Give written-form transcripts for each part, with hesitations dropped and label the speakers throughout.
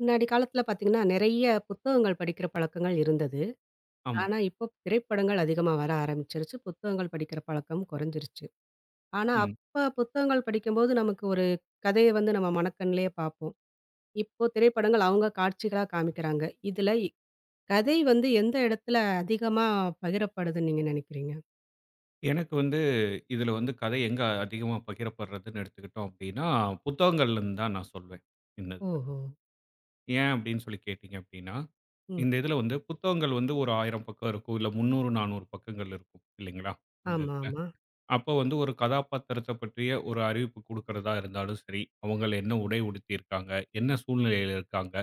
Speaker 1: முன்னாடி காலத்துல பார்த்தீங்கன்னா, நெறைய புத்தகங்கள் படிக்கிற பழக்கங்கள் இருந்தது.
Speaker 2: ஆமா.
Speaker 1: ஆனா, இப்போ திரைப்படங்கள் அதிகமா வர ஆரம்பிச்சிருச்சு. புத்தகங்கள் படிக்கிற பழக்கம் குறைஞ்சிருச்சு. ஆனா,
Speaker 2: ம்.
Speaker 1: அப்ப புத்தகங்கள் படிக்கும்போது நமக்கு ஒரு கதைய வந்து நம்ம மனக்கண்லயே பார்ப்போம். இப்போ திரைப்படங்கள் அவங்க காட்சிகளா காமிக்கிறாங்க. இதுல இ கதை வந்து எந்த இடத்துல அதிகமா பகிரப்படுதுன்னு நீங்க நினைக்கிறீங்க?
Speaker 2: எனக்கு வந்து இதுல வந்து கதை எங்க அதிகமா பகிரப்படுறதுன்னு எடுத்துக்கிட்டோம் அப்டின்னா, புத்தகங்கள்லருந்து தான் நான் சொல்வேன். இந்த இதுல.
Speaker 1: ஓஹோ!
Speaker 2: ஏன் அப்டின்னு சொல்லி கேட்டீங்க அப்டின்னா,
Speaker 1: ம்.
Speaker 2: இந்த இதுல வந்து புத்தகங்கள் வந்து ஒரு 1,000 பக்கம் இருக்கும். இல்ல 300, 400 பக்கங்கள் இருக்கும். இல்லைங்களா? அந்த
Speaker 1: ஆமா,
Speaker 2: இதுல.
Speaker 1: ஆமா.
Speaker 2: அப்போ வந்து ஒரு கதாபாத்திரத்த பற்றிய ஒரு அறிவிப்பு குடுக்கிறதா இருந்தாலும் சரி, அவங்கள என்ன உடை உடுத்தியிருக்காங்க? என்ன சூழ்நிலையில இருக்காங்க?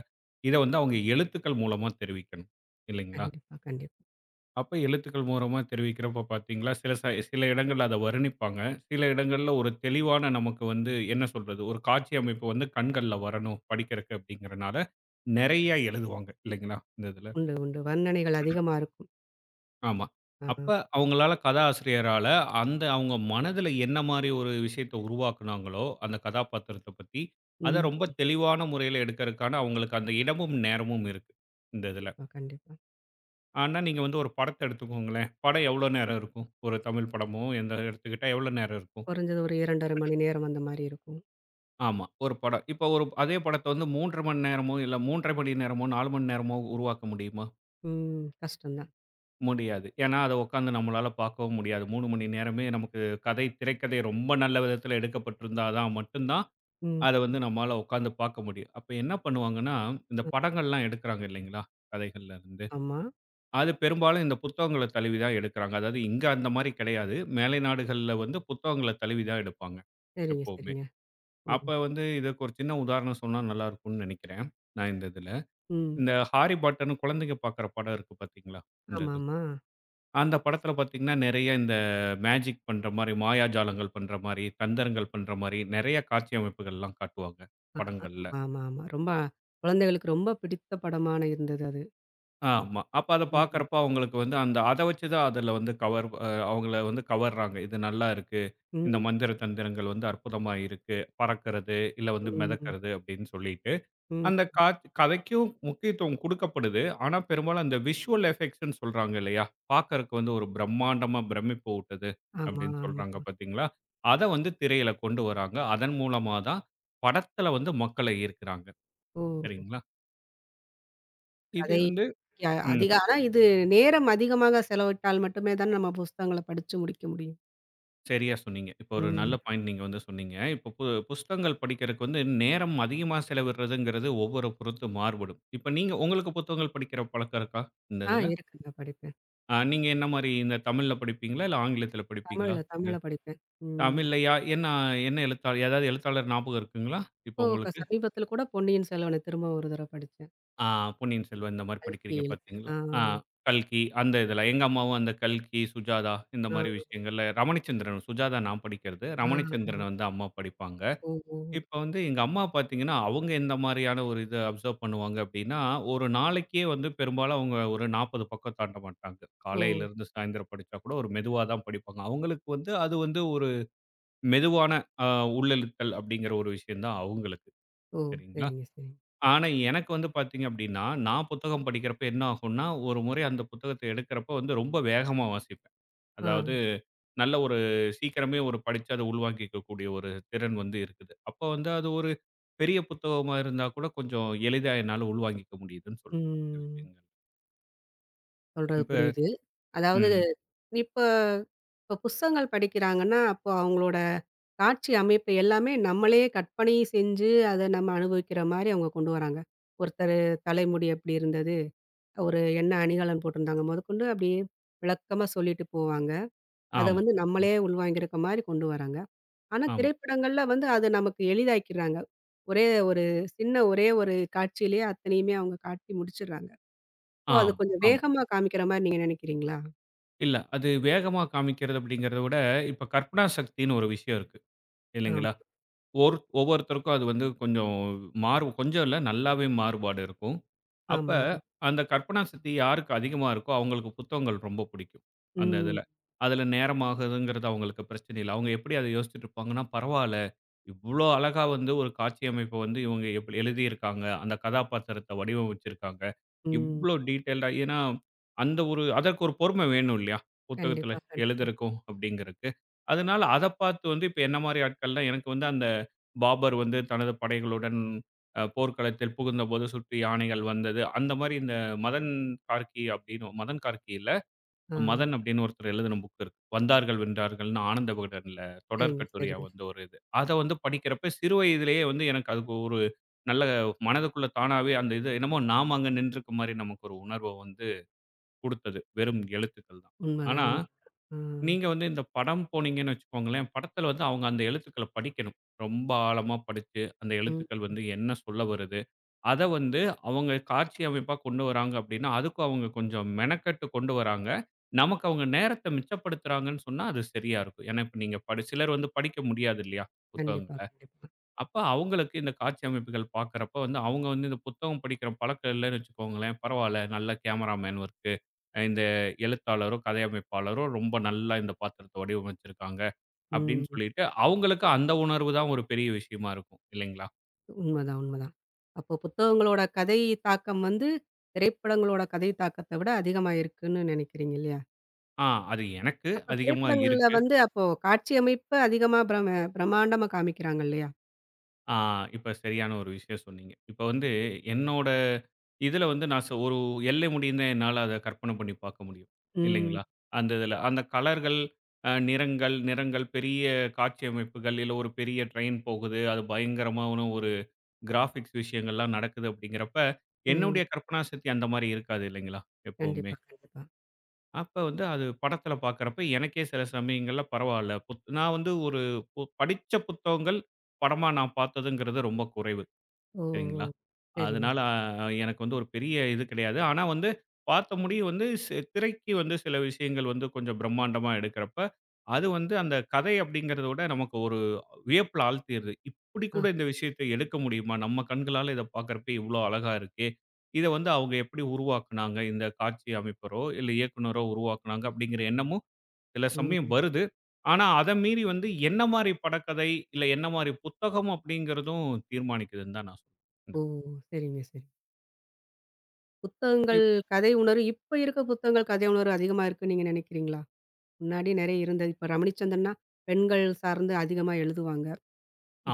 Speaker 2: இத வந்து அவங்க எழுத்துக்கள் மூலமா தெரிவிக்கணும். இல்லைங்களா?
Speaker 1: கண்டிப்பா, கண்டிப்பா.
Speaker 2: அப்ப எழுத்துக்கள் மூலமா தெரிவிக்கிறப்ப பார்த்தீங்களா, சில இடங்கள்ல அத வர்ணிப்பாங்க. சில இடங்கள்ல ஒரு தெளிவான நமக்கு வந்து என்ன சொல்றது, ஒரு காட்சி அமைப்பு வந்து கண்கள்ல வரணும் படிக்கிறக்கு அப்படிங்கிறனால, நெறைய எழுதுவாங்க இல்லைங்களா? இந்த இதுல.
Speaker 1: உண்டு, உண்டு. வர்ணனைகள் அதிகமா இருக்கும்.
Speaker 2: ஆமா. அப்ப
Speaker 1: ஆ.
Speaker 2: அவங்களால கதாசிரியரால அந்த அவங்க மனதுல என்ன மாரி ஒரு விஷயத்த உருவாக்குனாங்களோ, அந்த கதாபாத்திரத்த பத்தி, அத
Speaker 1: ம்.
Speaker 2: ரொம்ப தெளிவான முறையில எடுக்கறக்கான அவங்களுக்கு அந்த இடமும், நேரமும் இருக்கு. இந்த இதுல.
Speaker 1: கண்டிப்பா, கண்டிப்பா.
Speaker 2: ஆனா, நீங்க வந்து ஒரு படத்த எடுத்துக்கோங்களேன். படம் எவ்வளோ நேரம் இருக்கும்? ஒரு தமிழ் படமோ, எந்த எடுத்துக்கிட்டா எவ்வளோ நேரம் இருக்கும்?
Speaker 1: குறைஞ்சது ஒரு 2 1/2 மணி நேரம் அந்த மாரி இருக்கும்.
Speaker 2: ஆமா, ஒரு படம். இப்ப ஒரு அதே படத்த வந்து 3 1/2 மணி நேரமோ, இல்ல 3 1/2 மணி நேரமோ, 4 மணி நேரமோ உருவாக்க முடியுமா?
Speaker 1: ம். கஷ்டம் தான்.
Speaker 2: முடியாது. ஏன்னா, அத உட்காந்து நம்மளால பார்க்கவும் முடியாது. 3 மணி நேரமே நமக்கு கதை, திரைக்கதை ரொம்ப நல்ல விதத்துல எடுக்கப்பட்டிருந்தா தான் மட்டும் தான்,
Speaker 1: ம்.
Speaker 2: அத வந்து நம்மால உட்காந்து பார்க்க முடியும். அப்ப என்ன பண்ணுவாங்கன்னா, இந்த
Speaker 1: அ
Speaker 2: படங்கள்லாம் எடுக்குறாங்க இல்லைங்களா? கதைகள்ல இருந்து.
Speaker 1: ஆமா.
Speaker 2: அது பெரும்பாலும் இந்த புத்தகங்கள தழுவி தான் எடுக்குறாங்க. அதாவது இங்க அந்த மாரி கிடையாது. மேலை நாடுகள்ல வந்து புத்தகங்கள தழுவி தான் எடுப்பாங்க,
Speaker 1: சரிங்க,
Speaker 2: எப்பவுமே.
Speaker 1: சரிங்க. ஓ!
Speaker 2: அப்ப வந்து இதற்கு ஒரு சின்ன உதாரணம் சொன்னா நல்லாருக்கும்னு நெனைக்கிறேன். நான் இந்த இதுல.
Speaker 1: ம்.
Speaker 2: இந்த ஹாரி பாட்டர்ன்னு குழந்தைங்க பாக்குற படம் இருக்கு பாத்தீங்களா? இந்த இது.
Speaker 1: ஆமாமா.
Speaker 2: அந்த படத்துல பாத்தீங்கன்னா, நெறைய இந்த மேஜிக் பண்ற மாரி, மாயாஜாலங்கள் பண்ற மாரி, தந்திரங்கள் பண்ற மாரி, நெறைய காட்சி அமைப்புகள்லாம் காட்டுவாங்க, படங்கள்ல.
Speaker 1: ஆமாமாமா. ரொம்ப குழந்தைகளுக்கு ரொம்ப பிடித்த படமான இருந்தது அது.
Speaker 2: ஆமா. அப்ப அத
Speaker 1: ம்.
Speaker 2: பார்க்கறப்ப அவங்களுக்கு வந்து அந்த அத வச்சு தான் அதுல வந்து கவர் அ அவங்கள வந்து கவர்றாங்க. இது நல்லா இருக்கு. இந்த
Speaker 1: ம்.
Speaker 2: மந்திர தந்திரங்கள் வந்து அற்புதமா இருக்கு. பறக்கிறது, இல்ல வந்து
Speaker 1: ம்.
Speaker 2: மிதக்கிறது அப்படின்னு சொல்லிட்டு.
Speaker 1: ம்.
Speaker 2: அந்த காத் கதைக்கும் முக்கியத்துவம் குடுக்கப்படுது. ஆனா, பெரும்பாலும் அந்த விஷுவல் எஃபெக்ட்ஸ்ன்னு சொல்றாங்க இல்லையா? பார்க்கறக்கு வந்து ஒரு பிரம்மாண்டமா பிரமிப்பு ஊட்டுது
Speaker 1: ஆமா,
Speaker 2: அப்படின்னு
Speaker 1: ஆமா.
Speaker 2: சொல்றாங்க பார்த்தீங்களா? அத வந்து திரையில கொண்டு வராங்க. அதன் மூலமா தான் படத்துல வந்து மக்களை ஈர்க்கிறாங்க.
Speaker 1: ஓ!
Speaker 2: சரிங்களா? இது
Speaker 1: கதை
Speaker 2: வந்து
Speaker 1: ய
Speaker 2: ம்.
Speaker 1: அதிக ஆனா இது நேரம் அதிகமாக செலவிட்டால் மட்டுமே தான் நம்ம புஸ்தகங்கள படிச்சு முடிக்க முடியும்.
Speaker 2: சரியா சொன்னீங்க. இப்போ ஒரு நல்ல
Speaker 1: ம்.
Speaker 2: பாயிண்ட் நீங்க வந்து சொன்னீங்க. இப்போ பு புஸ்தகங்கள் படிக்கிறதுக்கு வந்து நேரம் அதிகமா செலவிடுறதுங்கிறது ஒவ்வொரு பொறுத்து மாறுபடும். இப்ப நீங்க உங்களுக்கு புத்தகங்கள் படிக்கிற பழக்கம் இருக்கா? இந்த
Speaker 1: ஆ
Speaker 2: இதுல.
Speaker 1: இருக்குங்க படிப்பேன்.
Speaker 2: நீங்க என்ன மாரி இந்த தமிழ்ல படிப்பீங்களா? இல்ல ஆங்கிலத்தில படிப்பீங்களா?
Speaker 1: தமிழ்ல
Speaker 2: இது
Speaker 1: தமிழ்ல படிப்பேன். ம்.
Speaker 2: தமிழ்லயா? என்ன என்ன எழுத்தாளர் ஏதாவது எழுத்தாளர் ஞாபகம் இருக்குங்களா? இப்போ
Speaker 1: இப்போ க
Speaker 2: உங்களுக்கு?
Speaker 1: சமீபத்தில கூட பொன்னியின் செல்வன திரும்ப ஒரு தடவ படிச்சேன்.
Speaker 2: ஆ பொன்னியின் செல்வன் இந்த மாரி
Speaker 1: கல்கி
Speaker 2: படிக்கிறீங்க
Speaker 1: எழுத்து.
Speaker 2: பார்த்தீங்களா?
Speaker 1: ஆ.
Speaker 2: ஆ கல்கி அந்த இதுல. எங்க அம்மாவும் அந்த கல்கி, சுஜாதா இந்த
Speaker 1: ஆ.
Speaker 2: மாரி விஷயங்கள்ல ரமணிச்சந்திரன், சுஜாதா நான் படிக்கிறது.
Speaker 1: ஆ.
Speaker 2: ரமணிச்சந்திரன் வந்து அம்மா படிப்பாங்க.
Speaker 1: ஓ! ஓ!
Speaker 2: இப்ப வந்து எங்க அம்மா பார்த்தீங்கன்னா, அவங்க எந்த மாரியான ஒரு இத அப்சர்வ் பண்ணுவாங்க அப்டின்னா, ஒரு நாளைக்கே வந்து பெரும்பாலும் அவங்க ஒரு 40 பக்கம் தாண்ட மாட்டாங்க.
Speaker 1: ஓ!
Speaker 2: காலையிலருந்து சாயந்தரம் படிச்சா கூட ஒரு மெதுவா தான் படிப்பாங்க. அவங்களுக்கு வந்து அது வந்து ஒரு மெதுவான அ உள்ளிழுத்தல் அப்படிங்கிற ஒரு விஷயம் தான் அவங்களுக்கு.
Speaker 1: ஓ!
Speaker 2: சரிங்களா?
Speaker 1: சரிங்க, சரிங்க.
Speaker 2: ஆனா எனக்கு வந்து பார்த்தீங்க அப்டின்னா, நான் புத்தகம் படிக்கிறப்ப என்ன ஆகும்னா, ஒரு முறை அந்த புத்தகத்த எடுக்கிறப்ப வந்து ரொம்ப வேகமா வாசிப்பேன்.
Speaker 1: ஆ.
Speaker 2: அதாவது நல்ல ஒரு சீக்கிரமே ஒரு படிச்சு அத உள்வாங்கிக்கக்கூடிய ஒரு திறன் வந்து இருக்குது. அப்ப வந்து அது ஒரு பெரிய புத்தகமா இருந்தா கூட கொஞ்சம் எளிதா என்னால உள்வாங்கிக்க முடியுதுன்னு சொல்லுவேன் இந்த
Speaker 1: ம்.
Speaker 2: விஷயங்கள்.
Speaker 1: சொல்றது
Speaker 2: இப்ப
Speaker 1: புரியுது. அதாவது
Speaker 2: ம்.
Speaker 1: இப்ப இப்ப புஸ்தகங்கள் படிக்கிறாங்கன்னா, அப்போ அவங்களோட காட்சி அமைப்பு எல்லாமே நம்மளே கற்பனை செஞ்சு, அத நம்ம அனுபவிக்கிற மாரி அவங்க கொண்டு வராங்க. ஒருத்தரு தலைமுடி எப்படி இருந்தது, ஒரு என்ன அணிகலன் போட்டிருந்தாங்க முதற்கொண்டு அப்படியே விளக்கமா சொல்லிட்டு போவாங்க. அத
Speaker 2: ஆமா.
Speaker 1: வந்து
Speaker 2: ம்.
Speaker 1: நம்மளே உள்வாங்கியிருக்க மாரி கொண்டு வராங்க. ஆனா,
Speaker 2: ஆமா.
Speaker 1: திரைப்படங்கள்ல வந்து அத நமக்கு எளிதாக்கிறாங்க. ஒரே ஒரு ஒரே ஒரு காட்சியிலேயே அத்தனையுமே அவங்க காட்டி முடிச்சுடுறாங்க. ஸோ, அது
Speaker 2: ஆமா,
Speaker 1: கொஞ்சம்
Speaker 2: ஆமா.
Speaker 1: வேகமா காமிக்கிற மாரி நீங்க நினைக்கிறீங்களா?
Speaker 2: இல்ல அது வேகமா காமிக்கிறது அப்படிங்கிறத விட, இப்ப கற்பனா சக்தின்னு ஒரு விஷயம் இருக்கு
Speaker 1: ஆமா,
Speaker 2: இல்லைங்களா? ஒரு ஒவ்வொருத்தருக்கும் அது வந்து கொஞ்சம் மாறு கொஞ்சம் இல்ல, நல்லாவே மாறுபாடு இருக்கும். அப்ப
Speaker 1: ஆமா.
Speaker 2: அந்த கற்பனா சக்தி யாருக்கு அதிகமா இருக்கோ, அவங்களுக்கு புத்தகங்கள் ரொம்ப பிடிக்கும். அந்த
Speaker 1: ம்,
Speaker 2: இதுல. அதுல நேரம் ஆகுதுங்கிறது அவங்களுக்கு பிரச்சனை இல்ல. அவங்க எப்படி அத யோசிச்சுட்டு இருப்பாங்கன்னா, பரவால்ல, இவ்ளோ அழகா வந்து ஒரு காட்சி அமைப்ப வந்து இவங்க எப்படி எழுதியிருக்காங்க. அந்த கதாபாத்திரத்த வடிவமைச்சிருக்காங்க.
Speaker 1: ம்.
Speaker 2: இவ்ளோ டீட்டெயில்டா ஏன்னா, அந்த ஒரு அதற்கு ஒரு பொறுமை வேணும் இல்லையா? புத்தகத்துல
Speaker 1: கண்டிப்பா, கண்டிப்பா.
Speaker 2: எழுதறக்கும் அப்படிங்கிறதுக்கு. அதனால அத பார்த்து வந்து இப்ப என்ன மாரி ஆட்கள்லாம் எனக்கு வந்து அந்த பாபர் வந்து தனது படைகளுடன் போர்க்களத்தில் புகுந்தபோது சுற்றி யானைகள் வந்தது அந்த மாதிரி இந்த மதன் கார்கி அப்படின்னு மதன் கார்கி இல்ல
Speaker 1: ஆ.
Speaker 2: மதன் அப்படின்னு ஒருத்தர் எழுதின புக் இருக்கு வந்தார்கள் வென்றார்கள்னு ஆனந்த விகடன்ல தொடர்
Speaker 1: சரிங்க,
Speaker 2: கட்டுரையா
Speaker 1: சரிங்க.
Speaker 2: வந்து ஒரு இது அதை வந்து படிக்கிறப்ப சிறு வயதிலேயே வந்து எனக்கு அதுக்கு ஒரு நல்ல மனதுக்குள்ள தானாவே அந்த இது என்னமோ நாம அங்க நின்றுக்க மாதிரி நமக்கு ஒரு உணர்வை வந்து கொடுத்தது வெறும் எழுத்துக்கள் தான். ஆனா
Speaker 1: உண்மதான் உண்ம. ஆ.
Speaker 2: நீங்க வந்து இந்த படம் போனீங்கன்னு வச்சுக்கோங்களேன், படத்துல வந்து அவங்க அந்த எழுத்துக்கள படிக்கணும். ரொம்ப ஆழமா படிச்சு, அந்த
Speaker 1: ம்.
Speaker 2: எழுத்துக்கள் வந்து என்ன சொல்ல வருது? அத வந்து அவங்க காட்சி அமைப்பா கொண்டு வராங்க அப்படின்னா, அதுக்கும் அவங்க கொஞ்சம் மெனக்கெட்டு கொண்டு வராங்க. நமக்கு அவங்க நேரத்த மிச்சப்படுத்துறாங்கன்னு சொன்னா, அது சரியா இருக்கும். ஏன்னா, இப்ப நீங்க படி சிலர் வந்து படிக்க முடியாது இல்லையா?
Speaker 1: கண்டிப்பா,
Speaker 2: புத்தகங்கள.
Speaker 1: கண்டிப்பா.
Speaker 2: அப்ப அவங்களுக்கு இந்த காட்சி அமைப்புகள் பார்க்கறப்ப வந்து, அவங்க வந்து இந்த புத்தகம் படிக்கிற பழக்கம் இல்லன்னு வச்சுக்கோங்களேன், பரவால்ல நல்ல கேமராமேன் ஒர்க்கு, இந்த எழுத்தாளரோ, கதையமைப்பாளரோ ரொம்ப நல்லா இந்த பாத்திரத்த வடிவமைச்சிருக்காங்க
Speaker 1: ம்.
Speaker 2: அப்படின்னு சொல்லிட்டு, அவங்களுக்கு அந்த உணர்வு தான் ஒரு பெரிய விஷயமா இருக்கும் இல்லைங்களா?
Speaker 1: உண்மதான், உண்மதான். அப்போ புத்தகங்களோட கதை தாக்கம் வந்து, திரைப்படங்களோட கதை தாக்கத்த விட அதிகமா இருக்குன்னு நினைக்கிறீங்க இல்லையா?
Speaker 2: ஆ அது எனக்கு
Speaker 1: அப்ப
Speaker 2: அதிகமா
Speaker 1: திரைப்படங்கள்ல
Speaker 2: இருக்கு.
Speaker 1: வந்து அப்போ காட்சி அமைப்பு அதிகமா பிரமாண்டமா காமிக்கிறாங்க இல்லையா?
Speaker 2: ஆ இப்ப சரியான ஒரு விஷயம் சொன்னீங்க. இப்ப வந்து என்னோட இதுல வந்து நான் சொ ஒரு எல்லை முடிந்த என்னால அத கற்பனை பண்ணி பார்க்க முடியும்.
Speaker 1: ம்,
Speaker 2: இல்லைங்களா? அந்த இதுல. அந்த கலர்கள், நிறங்கள் நிறங்கள் பெரிய காட்சி அமைப்புகள், இல்ல ஒரு பெரிய ட்ரெயின் போகுது. அது பயங்கரமான ஒரு கிராபிக்ஸ் விஷயங்கள்லாம் நடக்குது அப்படிங்கிறப்ப,
Speaker 1: ம்.
Speaker 2: என்னுடைய கற்பனா சக்தி அந்த மாரி இருக்காது இல்லைங்களா? எப்பவுமே.
Speaker 1: கண்டிப்பா, கண்டிப்பா.
Speaker 2: அப்ப வந்து அது படத்துல பார்க்கறப்ப எனக்கே சில சமயங்கள்ல பரவால்ல. நான் வந்து ஒரு படிச்ச புத்தகங்கள், படமா நான் பார்த்ததுங்கிறது ரொம்ப குறைவு.
Speaker 1: ஓ! ஓ!
Speaker 2: சரிங்களா?
Speaker 1: சரிங்க.
Speaker 2: அதனால எனக்கு வந்து ஒரு பெரிய இது கிடையாது. ஆனா வந்து பார்த்த முடிய வந்து சி திரைக்கு வந்து சில விஷயங்கள் வந்து கொஞ்சம் பிரம்மாண்டமா எடுக்கிறப்ப, அது வந்து அந்த கதை அப்படிங்கிறத விட நமக்கு ஒரு வியப்பில ஆழ்த்திருது. இப்படி
Speaker 1: ஆ.
Speaker 2: கூட இந்த விஷயத்த எடுக்க முடியுமா? நம்ம கண்களால இத பார்க்கறப்ப இவ்வளோ அழகா இருக்கே! இத வந்து அவங்க எப்படி உருவாக்குனாங்க? இந்த காட்சி அமைப்பரோ, இல்ல இயக்குனரோ உருவாக்குனாங்க அப்படிங்கிற எண்ணமும் சில சமயம்
Speaker 1: ம்.
Speaker 2: வருது. ஆனா அத மீறி வந்து என்ன மாரி படக்கதை, இல்ல என்ன மாரி புத்தகம் அப்படிங்கிறதும் தீர்மானிக்குதுன்னு தான் நான் சொல்வேன்.
Speaker 1: ஓ! சரிங்க, சரி. புத்தகங்கள்
Speaker 2: இப்
Speaker 1: கதை உணர்வு இப்ப இருக்க புத்தகங்கள் கதை உணர்வு அதிகமா இருக்குன்னு நீங்க நினைக்கிறீங்களா? முன்னாடி நெறைய இருந்தது. இப்ப ரமணிச்சந்திரன்னா, பெண்கள் சார்ந்து அதிகமா எழுதுவாங்க.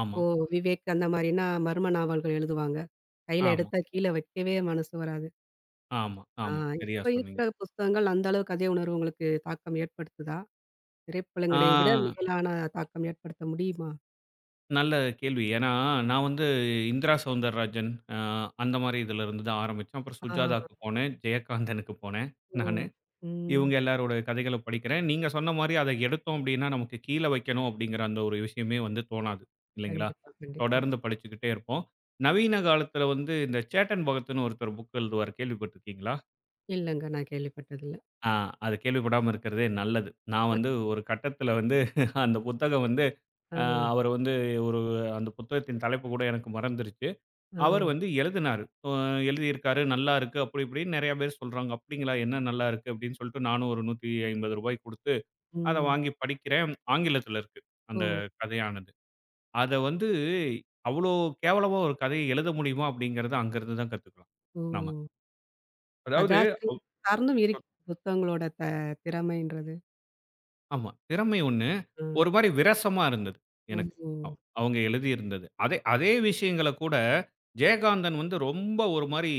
Speaker 2: ஆமா,
Speaker 1: விவேக் அந்த மாரின்னா, மர்ம நாவல்கள் எழுதுவாங்க. கையில
Speaker 2: ஆமா,
Speaker 1: எடுத்தா கீழ வைக்கவே மனசு வராது.
Speaker 2: ஆமா,
Speaker 1: ஆ
Speaker 2: ஆமா. சரியா
Speaker 1: இப்ப
Speaker 2: சொன்னீங்க.
Speaker 1: இருக்கிற புஸ்தகங்கள் அந்த அளவு கதை உணர்வு உங்களுக்கு தாக்கம் ஏற்படுத்துதா?
Speaker 2: ஆ
Speaker 1: திரைப்படங்களை விட மேலான தாக்கம் ஏற்படுத்த முடியுமா?
Speaker 2: நல்ல கேள்வி. ஏன்னா, நான் வந்து இந்திரா சௌந்தரராஜன் அந்த மாரி இதுலருந்து தான் ஆரம்பிச்சேன். அப்புறம்
Speaker 1: ஆ.
Speaker 2: சுஜாதாக்கு போனேன், ஜெயகாந்தனுக்கு போனேன்
Speaker 1: ஓ!
Speaker 2: நானு.
Speaker 1: ம்.
Speaker 2: இவங்க எல்லாரோட கதைகள படிக்கிறேன். நீங்க சொன்ன மாரி அத எடுத்தோம் அப்டின்னா, நமக்கு கீழ வைக்கணும் அப்டிங்கிற அந்த ஒரு விஷயமே வந்து தோணாது இல்லைங்களா?
Speaker 1: கண்டிப்பா, கண்டிப்பா.
Speaker 2: தொடர்ந்து படிச்சுக்கிட்டே இருப்போம். நவீன காலத்துல வந்து இந்த சேட்டன் பகத்ன்னு ஒருத்தர் புக் எழுதுவார் கேள்விப்பட்டுருக்கீங்களா?
Speaker 1: இல்லங்க. நான் கேள்விப்பட்டதில்ல.
Speaker 2: ஆ, அது கேள்விப்படாம இருக்கிறதே நல்லது. நான் வந்து ஒரு கட்டத்தில வந்து அந்த புத்தகம் வந்து
Speaker 1: ஆ,
Speaker 2: அ அவர் வந்து ஒரு அந்த புத்தகத்தின் தலைப்பு கூட எனக்கு மறந்துருச்சு.
Speaker 1: ஆ.
Speaker 2: அவர் வந்து எழுதினாரு. அ எழுதியிருக்காரு, "நல்லா இருக்கு." அப்படி இப்படின்னு நெறைய பேர் சொல்றாங்க. "அப்படிங்களா? என்ன நல்லா இருக்கு?" அப்படின்னு சொல்லிட்டு நானும் ஒரு ரூ. 150 குடுத்து அத
Speaker 1: ம்.
Speaker 2: வாங்கி படிக்கிறேன். ஆங்கிலத்தில இருக்கு அந்த
Speaker 1: ஓ!
Speaker 2: கதையானது. அத வந்து அவ்வளோ கேவலமா ஒரு கதைய எழுத முடியுமா? அப்படிங்கிறத அங்கருந்து தான் கத்துக்கலாம்
Speaker 1: ஓ!
Speaker 2: நாம. அதாவது
Speaker 1: கதாசிரியர் காரணம் இருக்கு. புத்தகங்களோட திறமைன்றது.
Speaker 2: ஆமா. திறமை ஒண்ணு.
Speaker 1: ஆ.
Speaker 2: ஒரு மாரி விரசமா இருந்தது
Speaker 1: ஓ!
Speaker 2: எனக்கு.
Speaker 1: ஓ.
Speaker 2: அவங்க எழுதியிருந்தது. அதே அதே விஷயங்கள கூட ஜெயகாந்தன் வந்து ரொம்ப ஒரு மாரி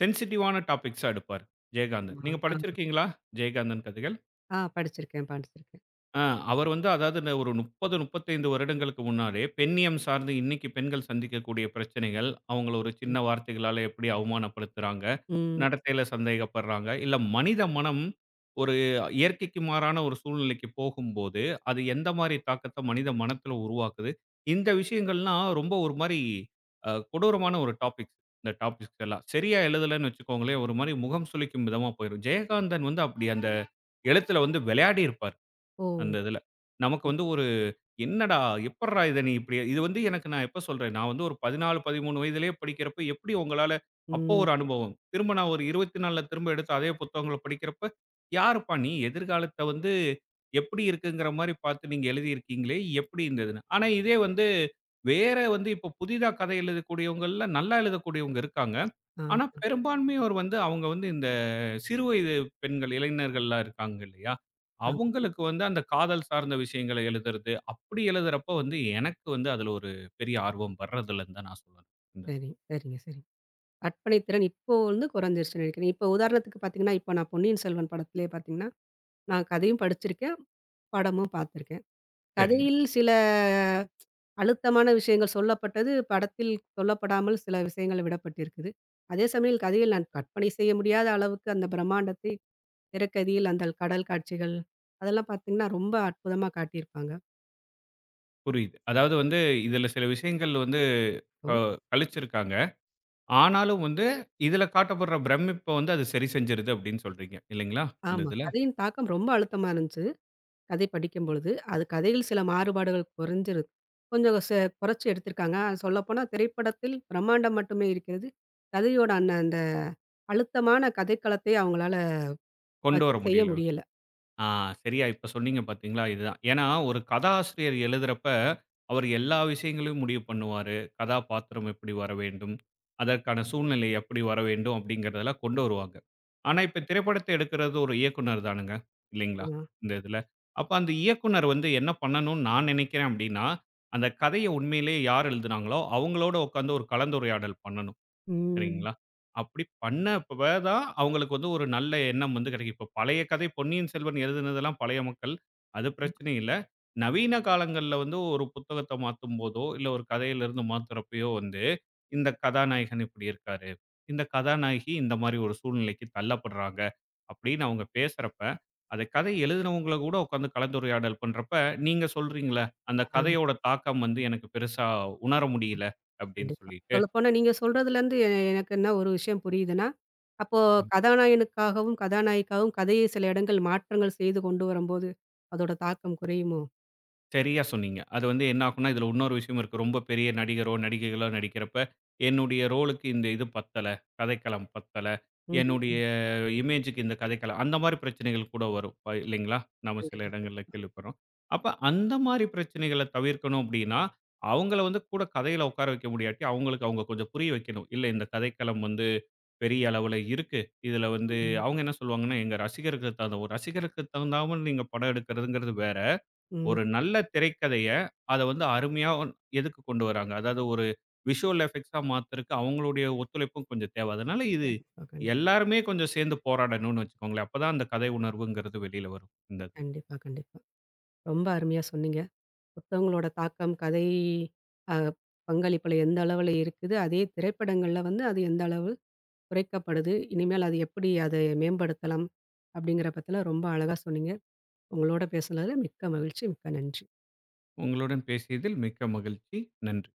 Speaker 2: சென்சிட்டிவான டாபிக்ஸா எடுப்பாரு. ஜெயகாந்தன்.
Speaker 1: ஆமா.
Speaker 2: நீங்க
Speaker 1: ஆ.
Speaker 2: படிச்சிருக்கீங்களா? ஜெயகாந்தன் கதைகள்?
Speaker 1: ஆ படிச்சிருக்கேன், படிச்சிருக்கேன்.
Speaker 2: ஆ அவர் வந்து அதாவது இந்த ஒரு 30, 35 வருடங்களுக்கு முன்னாலே பெண்ணியம் சார்ந்து இன்னைக்கு பெண்கள் சந்திக்கக்கூடிய பிரச்சனைகள், அவங்கள ஒரு
Speaker 1: ம்.
Speaker 2: சின்ன வார்த்தைகளால எப்படி அவமானப்படுத்துறாங்க,
Speaker 1: ம்.
Speaker 2: நடத்தையில சந்தேகப்படுறாங்க. இல்ல மனித மனம் ஒரு இயற்கைக்கு மாறான ஒரு சூழ்நிலைக்கு போகும்போது, அது எந்த மாரி தாக்கத்த மனித மனத்தில உருவாக்குது? இந்த விஷயங்கள்லாம் ரொம்ப ஒரு மாரி கொடூரமான ஒரு டாபிக்ஸ். இந்த டாபிக்ஸ் எல்லாம். சரியா எழுதலன்னு வச்சுக்கோங்களேன், ஒரு மாரி முகம் சுளிக்கும் விதமா போயிரும். ஜெயகாந்தன் வந்து அப்படி அந்த எழுத்துல வந்து விளையாடியிருப்பாரு.
Speaker 1: ஓ!
Speaker 2: அந்த இதுல. நமக்கு வந்து ஒரு என்னடா! எப்புட்றா இத நீ இப்டி இது வந்து எனக்கு நான் எப்ப சொல்றேன், நான் வந்து ஒரு 14, 13 வயதிலேயே படிக்கிறப்ப எப்டி உங்களால அப்போ
Speaker 1: ம்.
Speaker 2: ஒரு அனுபவம். திரும்ப நான் ஒரு 24ல திரும்ப எடுத்து அதே புத்தகங்கள படிக்கிறப்ப, யாருப்பா நீ எதிர்காலத்த வந்து எப்டி இருக்குங்கிற மாரி பார்த்து நீங்க எழுதியிருக்கீங்களே! எப்டி இருந்ததுன்னு. ஆனா இதே வந்து வேற வந்து இப்போ புதிதா கதை எழுதக்கூடியவங்கள்ல நல்லா எழுதக்கூடியவங்க இருக்காங்க. ஆனா,
Speaker 1: ஆமா,
Speaker 2: பெரும்பான்மையோர் வந்து அவங்க வந்து இந்த சிறு வயது பெண்கள், இளைஞர்கள்லாம் இருக்காங்க இல்லையா?
Speaker 1: ஆமா.
Speaker 2: அவங்களுக்கு வந்து அந்த காதல் சார்ந்த விஷயங்கள எழுதுறது, அப்படி எழுதுறப்போ வந்து எனக்கு வந்து அதுல ஒரு பெரிய ஆர்வம் வர்றதில்லன்னு தான் நான் சொல்லணும். இந்த
Speaker 1: சரி, சரிங்க, சரி. கற்பனை திறன் இப்போ வந்து குறைஞ்சிருச்சுன்னு நினைக்கிறேன். இப்போ உதாரணத்துக்கு பார்த்தீங்கன்னா, இப்போ நான் பொன்னியின் செல்வன் படத்திலேயே பார்த்தீங்கன்னா, நான் கதையும் படிச்சிருக்கேன். படமும் பார்த்துருக்கேன்.
Speaker 2: சரி,
Speaker 1: கதையில் சில அழுத்தமான விஷயங்கள் சொல்லப்பட்டது, படத்தில் சொல்லப்படாமல் சில விஷயங்கள் விடப்பட்டிருக்குது. அதே சமயம் கதையில் நான் கற்பனை செய்ய முடியாத அளவுக்கு அந்த பிரம்மாண்டத்தை திரைக்கதையில் அந்த கடல் காட்சிகள், அதெல்லாம் பார்த்தீங்கன்னா, ரொம்ப அற்புதமா காட்டியிருப்பாங்க.
Speaker 2: புரியுது. அதாவது வந்து இதுல சில விஷயங்கள் வந்து க
Speaker 1: ஓ!
Speaker 2: கழிச்சிருக்காங்க. ஆனாலும் வந்து இதுல காட்டப்படுற பிரமிப்ப வந்து அது சரி செஞ்சுருது அப்படின்னு சொல்றீங்க இல்லைங்களா? இந்த
Speaker 1: ஆமா.
Speaker 2: இதுல
Speaker 1: கதையின் தாக்கம் ரொம்ப அழுத்தமா இருந்துச்சு, கதை படிக்கும்பொழுது. அது கதையில் சில மாறுபாடுகள் குறைஞ்சிருக்கு. கொஞ்சம் ச குறைச்சு எடுத்திருக்காங்க. சொல்லப்போனா திரைப்படத்தில் பிரம்மாண்டம் மட்டுமே இருக்கிறது. கதையோட அந்த அழுத்தமான கதைக்களத்தை அவங்களால
Speaker 2: கொண்டு வர
Speaker 1: பதிவு செய்ய
Speaker 2: முடியல.
Speaker 1: முடியல.
Speaker 2: ஆ சரியா இப்ப சொன்னீங்க பார்த்தீங்களா? இதுதான். ஏன்னா, ஒரு கதாசிரியர் எழுதுறப்ப, அவர் எல்லா விஷயங்களையும் முடிவு பண்ணுவாரு. கதாபாத்திரம் எப்படி வர வேண்டும்? அதற்கான சூழ்நிலை எப்படி வர வேண்டும்? அப்படிங்கிறதெல்லாம் கொண்டு வருவாங்க. ஆனா, இப்ப திரைப்படத்த எடுக்கிறது ஒரு இயக்குனர் தானுங்க. இல்லைங்களா?
Speaker 1: ம்.
Speaker 2: இந்த இதுல. அப்ப அந்த இயக்குனர் வந்து என்ன பண்ணணும்னு நான் நினைக்கிறேன் அப்படின்னா, அந்த கதைய உண்மையிலேயே யார் எழுதுனாங்களோ, அவங்களோட உட்கார்ந்து ஒரு கலந்துரையாடல் பண்ணணும். சரிங்களா? அப்படி பண்ணப்ப தான் அவங்களுக்கு வந்து ஒரு நல்ல எண்ணம் வந்து கிடைக்கும். இப்ப பழைய கதை பொன்னியின் செல்வன் எழுதினதெல்லாம் பழைய மக்கள். அது
Speaker 1: ம்.
Speaker 2: பிரச்சனை இல்ல. நவீன காலங்கள்ல வந்து ஒரு புத்தகத்த மாத்தும்போதோ, இல்ல ஒரு கதையிலிருந்து மாத்துறப்பயோ வந்து, இந்த கதாநாயகன் இப்படி இருக்காரு. இந்த கதாநாயகி இந்த மாரி ஒரு சூழ்நிலைக்கு தள்ளப்படுறாங்க. அப்படின்னு அவங்க பேசுறப்ப, அத கதை எழுதினவங்கள கூட உட்காந்து கலந்துரையாடல் பண்றப்ப, நீங்க சொல்றீங்கல்ல, அந்த
Speaker 1: ஆ
Speaker 2: கதையோட தாக்கம் வந்து எனக்கு பெருசா உணர முடியல அப்படின்னு
Speaker 1: கண்டிப்பா.
Speaker 2: சொல்லிட்டு.
Speaker 1: சொல்லப்போனா நீங்க சொல்றதுலருந்து எனக்கு என்ன ஒரு விஷயம் புரியுதுன்னா, அப்போ கதாநாயகனுக்காகவும், கதாநாயகிக்காகவும் கதையை சில இடங்கள் மாற்றங்கள் செய்து கொண்டு வரும்போது, அதோட தாக்கம் குறையுமோ?
Speaker 2: சரியா சொன்னீங்க. அது வந்து என்ன ஆகும்னா, இதுல இன்னொரு விஷயம் இருக்கு. ரொம்ப பெரிய நடிகரோ, நடிகைகளோ நடிக்கிறப்ப, என்னுடைய ரோலுக்கு இந்த இது பத்தல. கதைக்களம் பத்தல. என்னுடைய
Speaker 1: ம்.
Speaker 2: இமேஜுக்கு இந்த கதைக்களம் அந்த மாரி பிரச்சனைகள் கூட வரும். இல்லைங்களா? நாம சில
Speaker 1: கண்டிப்பா,
Speaker 2: இடங்கள்ல
Speaker 1: கண்டிப்பா.
Speaker 2: கேள்விப்படுறோம். அப்ப அந்த மாரி பிரச்சனைகள தவிர்க்கணும் அப்டின்னா, அவங்கள வந்து கூட கதையில உட்கார வைக்க முடியாட்டி, அவங்களுக்கு அவங்க கொஞ்சம் புரிய வைக்கணும். இல்ல இந்த கதைக்களம் வந்து பெரிய அளவுல இருக்கு. இதுல வந்து
Speaker 1: ம்.
Speaker 2: அவங்க என்ன சொல்லுவாங்கன்னா, எங்க ரசிகருக்கு தகுந்த ஒரு ரசிகருக்கு தகுந்தாம நீங்க படம் எடுக்கிறதுங்கிறது வேற.
Speaker 1: ம்.
Speaker 2: ஒரு நல்ல திரைக்கதைய, அத வந்து அருமையா எதுக்கு கொண்டு வராங்க. அதாவது ஒரு விஷுவல் எஃபெக்ட்ஸா மாத்துறக்கு அவங்களுடைய ஒத்துழைப்பும் கொஞ்சம் தேவை. அதனால இது
Speaker 1: கண்டிப்பா, கண்டிப்பா.
Speaker 2: எல்லாருமே கொஞ்சம் சேர்ந்து போராடணும்னு வச்சுக்கோங்களேன். அப்பதான் அந்த கதை உணர்வுங்கிறது வெளியில வரும். இந்த இதுல.
Speaker 1: கண்டிப்பா, கண்டிப்பா. ரொம்ப அருமையா சொன்னீங்க. புத்தகங்களோட தாக்கம் கதை அ பங்களிப்புல எந்த அளவுல இருக்குது? அதே திரைப்படங்கள்ல வந்து அது எந்த அளவு குறைக்கப்படுது. இனிமேல் அது எப்படி அதை மேம்படுத்தலாம்? அப்படிங்கிற பத்தில ரொம்ப அழகா சொன்னீங்க. உங்களோட பேசுனதுல மிக்க மகிழ்ச்சி. மிக்க நன்றி.
Speaker 2: உங்களுடன் பேசியதில் மிக்க மகிழ்ச்சி. நன்றி.